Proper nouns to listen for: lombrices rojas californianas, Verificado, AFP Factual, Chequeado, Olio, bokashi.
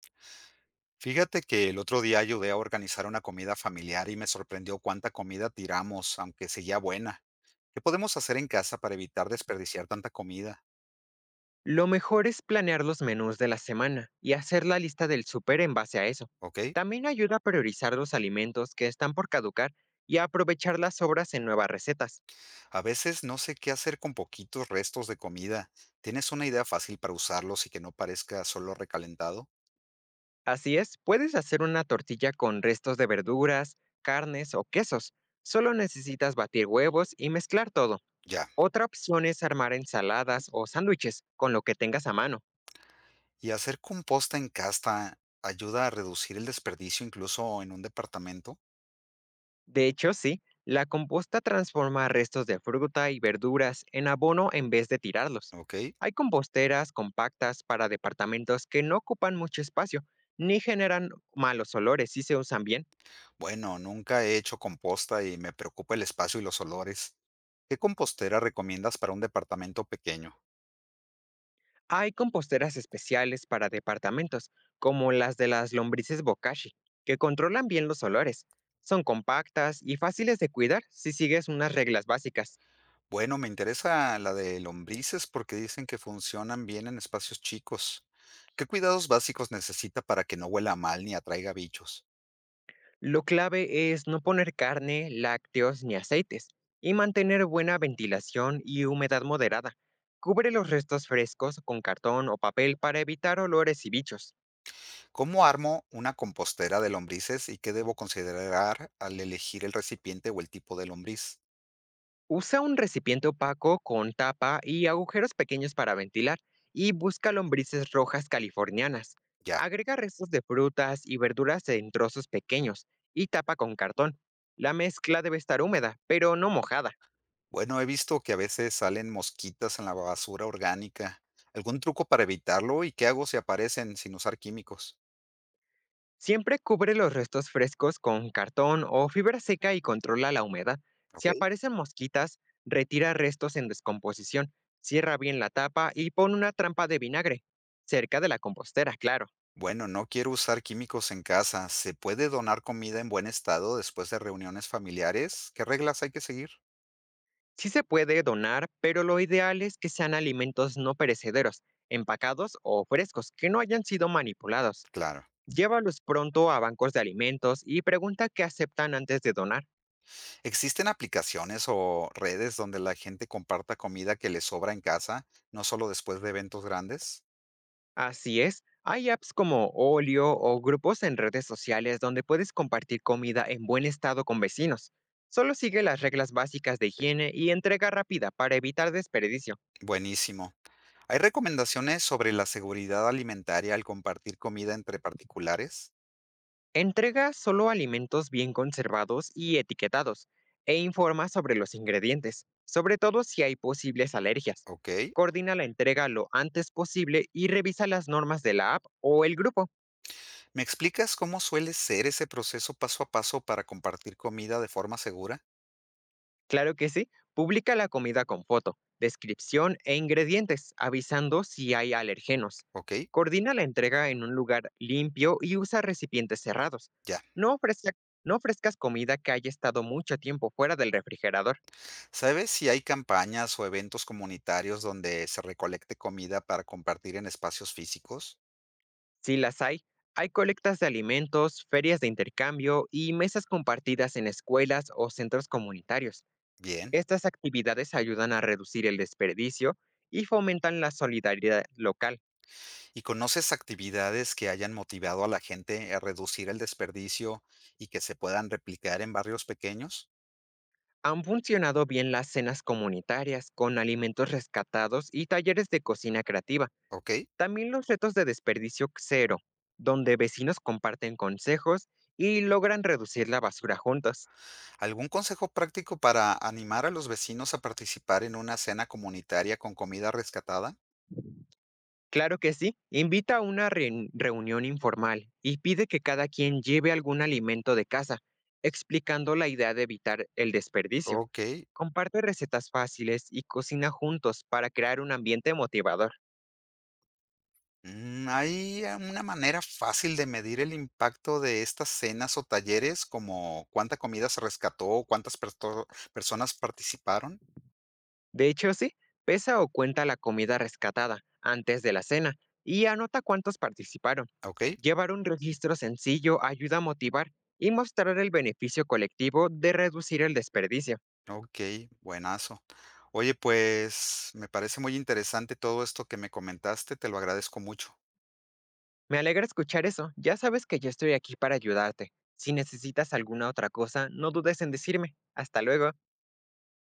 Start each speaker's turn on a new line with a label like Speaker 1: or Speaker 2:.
Speaker 1: Fíjate que el otro día ayudé a organizar una comida familiar y me sorprendió cuánta comida tiramos, aunque seguía buena. ¿Qué podemos hacer en casa para evitar desperdiciar tanta comida?
Speaker 2: Lo mejor es planear los menús de la semana y hacer la lista del súper en base a eso.
Speaker 1: ¿Ok?
Speaker 2: También ayuda a priorizar los alimentos que están por caducar y a aprovechar las sobras en nuevas recetas.
Speaker 1: A veces no sé qué hacer con poquitos restos de comida. ¿Tienes una idea fácil para usarlos y que no parezca solo recalentado?
Speaker 2: Así es, puedes hacer una tortilla con restos de verduras, carnes o quesos. Solo necesitas batir huevos y mezclar todo.
Speaker 1: Ya.
Speaker 2: Otra opción es armar ensaladas o sándwiches con lo que tengas a mano.
Speaker 1: ¿Y hacer composta en casa ayuda a reducir el desperdicio incluso en un departamento?
Speaker 2: De hecho, sí, la composta transforma restos de fruta y verduras en abono en vez de tirarlos.
Speaker 1: ¿Ok?
Speaker 2: Hay composteras compactas para departamentos que no ocupan mucho espacio ni generan malos olores si se usan bien.
Speaker 1: Bueno, nunca he hecho composta y me preocupa el espacio y los olores. ¿Qué compostera recomiendas para un departamento pequeño?
Speaker 2: Hay composteras especiales para departamentos, como las de las lombrices bokashi, que controlan bien los olores. Son compactas y fáciles de cuidar si sigues unas reglas básicas.
Speaker 1: Bueno, me interesa la de lombrices porque dicen que funcionan bien en espacios chicos. ¿Qué cuidados básicos necesita para que no huela mal ni atraiga bichos?
Speaker 2: Lo clave es no poner carne, lácteos ni aceites y mantener buena ventilación y humedad moderada. Cubre los restos frescos con cartón o papel para evitar olores y bichos.
Speaker 1: ¿Cómo armo una compostera de lombrices y qué debo considerar al elegir el recipiente o el tipo de lombriz?
Speaker 2: Usa un recipiente opaco con tapa y agujeros pequeños para ventilar y busca lombrices rojas californianas.
Speaker 1: Ya.
Speaker 2: Agrega restos de frutas y verduras en trozos pequeños y tapa con cartón. La mezcla debe estar húmeda, pero no mojada.
Speaker 1: Bueno, he visto que a veces salen mosquitas en la basura orgánica. ¿Algún truco para evitarlo y qué hago si aparecen sin usar químicos?
Speaker 2: Siempre cubre los restos frescos con cartón o fibra seca y controla la humedad. Si
Speaker 1: Ok.
Speaker 2: aparecen mosquitas, retira restos en descomposición, cierra bien la tapa y pon una trampa de vinagre, cerca de la compostera, claro.
Speaker 1: Bueno, no quiero usar químicos en casa. ¿Se puede donar comida en buen estado después de reuniones familiares? ¿Qué reglas hay que seguir?
Speaker 2: Sí se puede donar, pero lo ideal es que sean alimentos no perecederos, empacados o frescos, que no hayan sido manipulados.
Speaker 1: Claro.
Speaker 2: Llévalos pronto a bancos de alimentos y pregunta qué aceptan antes de donar.
Speaker 1: ¿Existen aplicaciones o redes donde la gente comparta comida que le sobra en casa, no solo después de eventos grandes?
Speaker 2: Así es, hay apps como Olio o grupos en redes sociales donde puedes compartir comida en buen estado con vecinos. Solo sigue las reglas básicas de higiene y entrega rápida para evitar desperdicio.
Speaker 1: Buenísimo. ¿Hay recomendaciones sobre la seguridad alimentaria al compartir comida entre particulares?
Speaker 2: Entrega solo alimentos bien conservados y etiquetados e informa sobre los ingredientes, sobre todo si hay posibles alergias.
Speaker 1: Ok.
Speaker 2: Coordina la entrega lo antes posible y revisa las normas de la app o el grupo.
Speaker 1: ¿Me explicas cómo suele ser ese proceso paso a paso para compartir comida de forma segura?
Speaker 2: Claro que sí, publica la comida con foto, descripción e ingredientes, avisando si hay alergenos.
Speaker 1: Ok.
Speaker 2: Coordina la entrega en un lugar limpio y usa recipientes cerrados.
Speaker 1: Ya.
Speaker 2: No, ofrezca- no ofrezcas comida que haya estado mucho tiempo fuera del refrigerador.
Speaker 1: ¿Sabes si hay campañas o eventos comunitarios donde se recolecte comida para compartir en espacios físicos?
Speaker 2: Si las hay, hay colectas de alimentos, ferias de intercambio y mesas compartidas en escuelas o centros comunitarios.
Speaker 1: Bien.
Speaker 2: Estas actividades ayudan a reducir el desperdicio y fomentan la solidaridad local.
Speaker 1: ¿Y conoces actividades que hayan motivado a la gente a reducir el desperdicio y que se puedan replicar en barrios pequeños?
Speaker 2: Han funcionado bien las cenas comunitarias con alimentos rescatados y talleres de cocina creativa.
Speaker 1: ¿Ok?
Speaker 2: También los retos de desperdicio cero, donde vecinos comparten consejos y logran reducir la basura juntos.
Speaker 1: ¿Algún consejo práctico para animar a los vecinos a participar en una cena comunitaria con comida rescatada?
Speaker 2: Claro que sí, invita a una reunión informal y pide que cada quien lleve algún alimento de casa, explicando la idea de evitar el desperdicio.
Speaker 1: Ok.
Speaker 2: Comparte recetas fáciles y cocina juntos para crear un ambiente motivador.
Speaker 1: ¿Hay una manera fácil de medir el impacto de estas cenas o talleres, como cuánta comida se rescató, cuántas personas participaron?
Speaker 2: De hecho, sí, pesa o cuenta la comida rescatada antes de la cena y anota cuántos participaron.
Speaker 1: Ok,
Speaker 2: Llevar un registro sencillo ayuda a motivar y mostrar el beneficio colectivo de reducir el desperdicio.
Speaker 1: ok, buenazo. Oye, pues me parece muy interesante todo esto que me comentaste, te lo agradezco mucho.
Speaker 2: Me alegra escuchar eso. Ya sabes que yo estoy aquí para ayudarte. Si necesitas alguna otra cosa, no dudes en decirme. Hasta luego.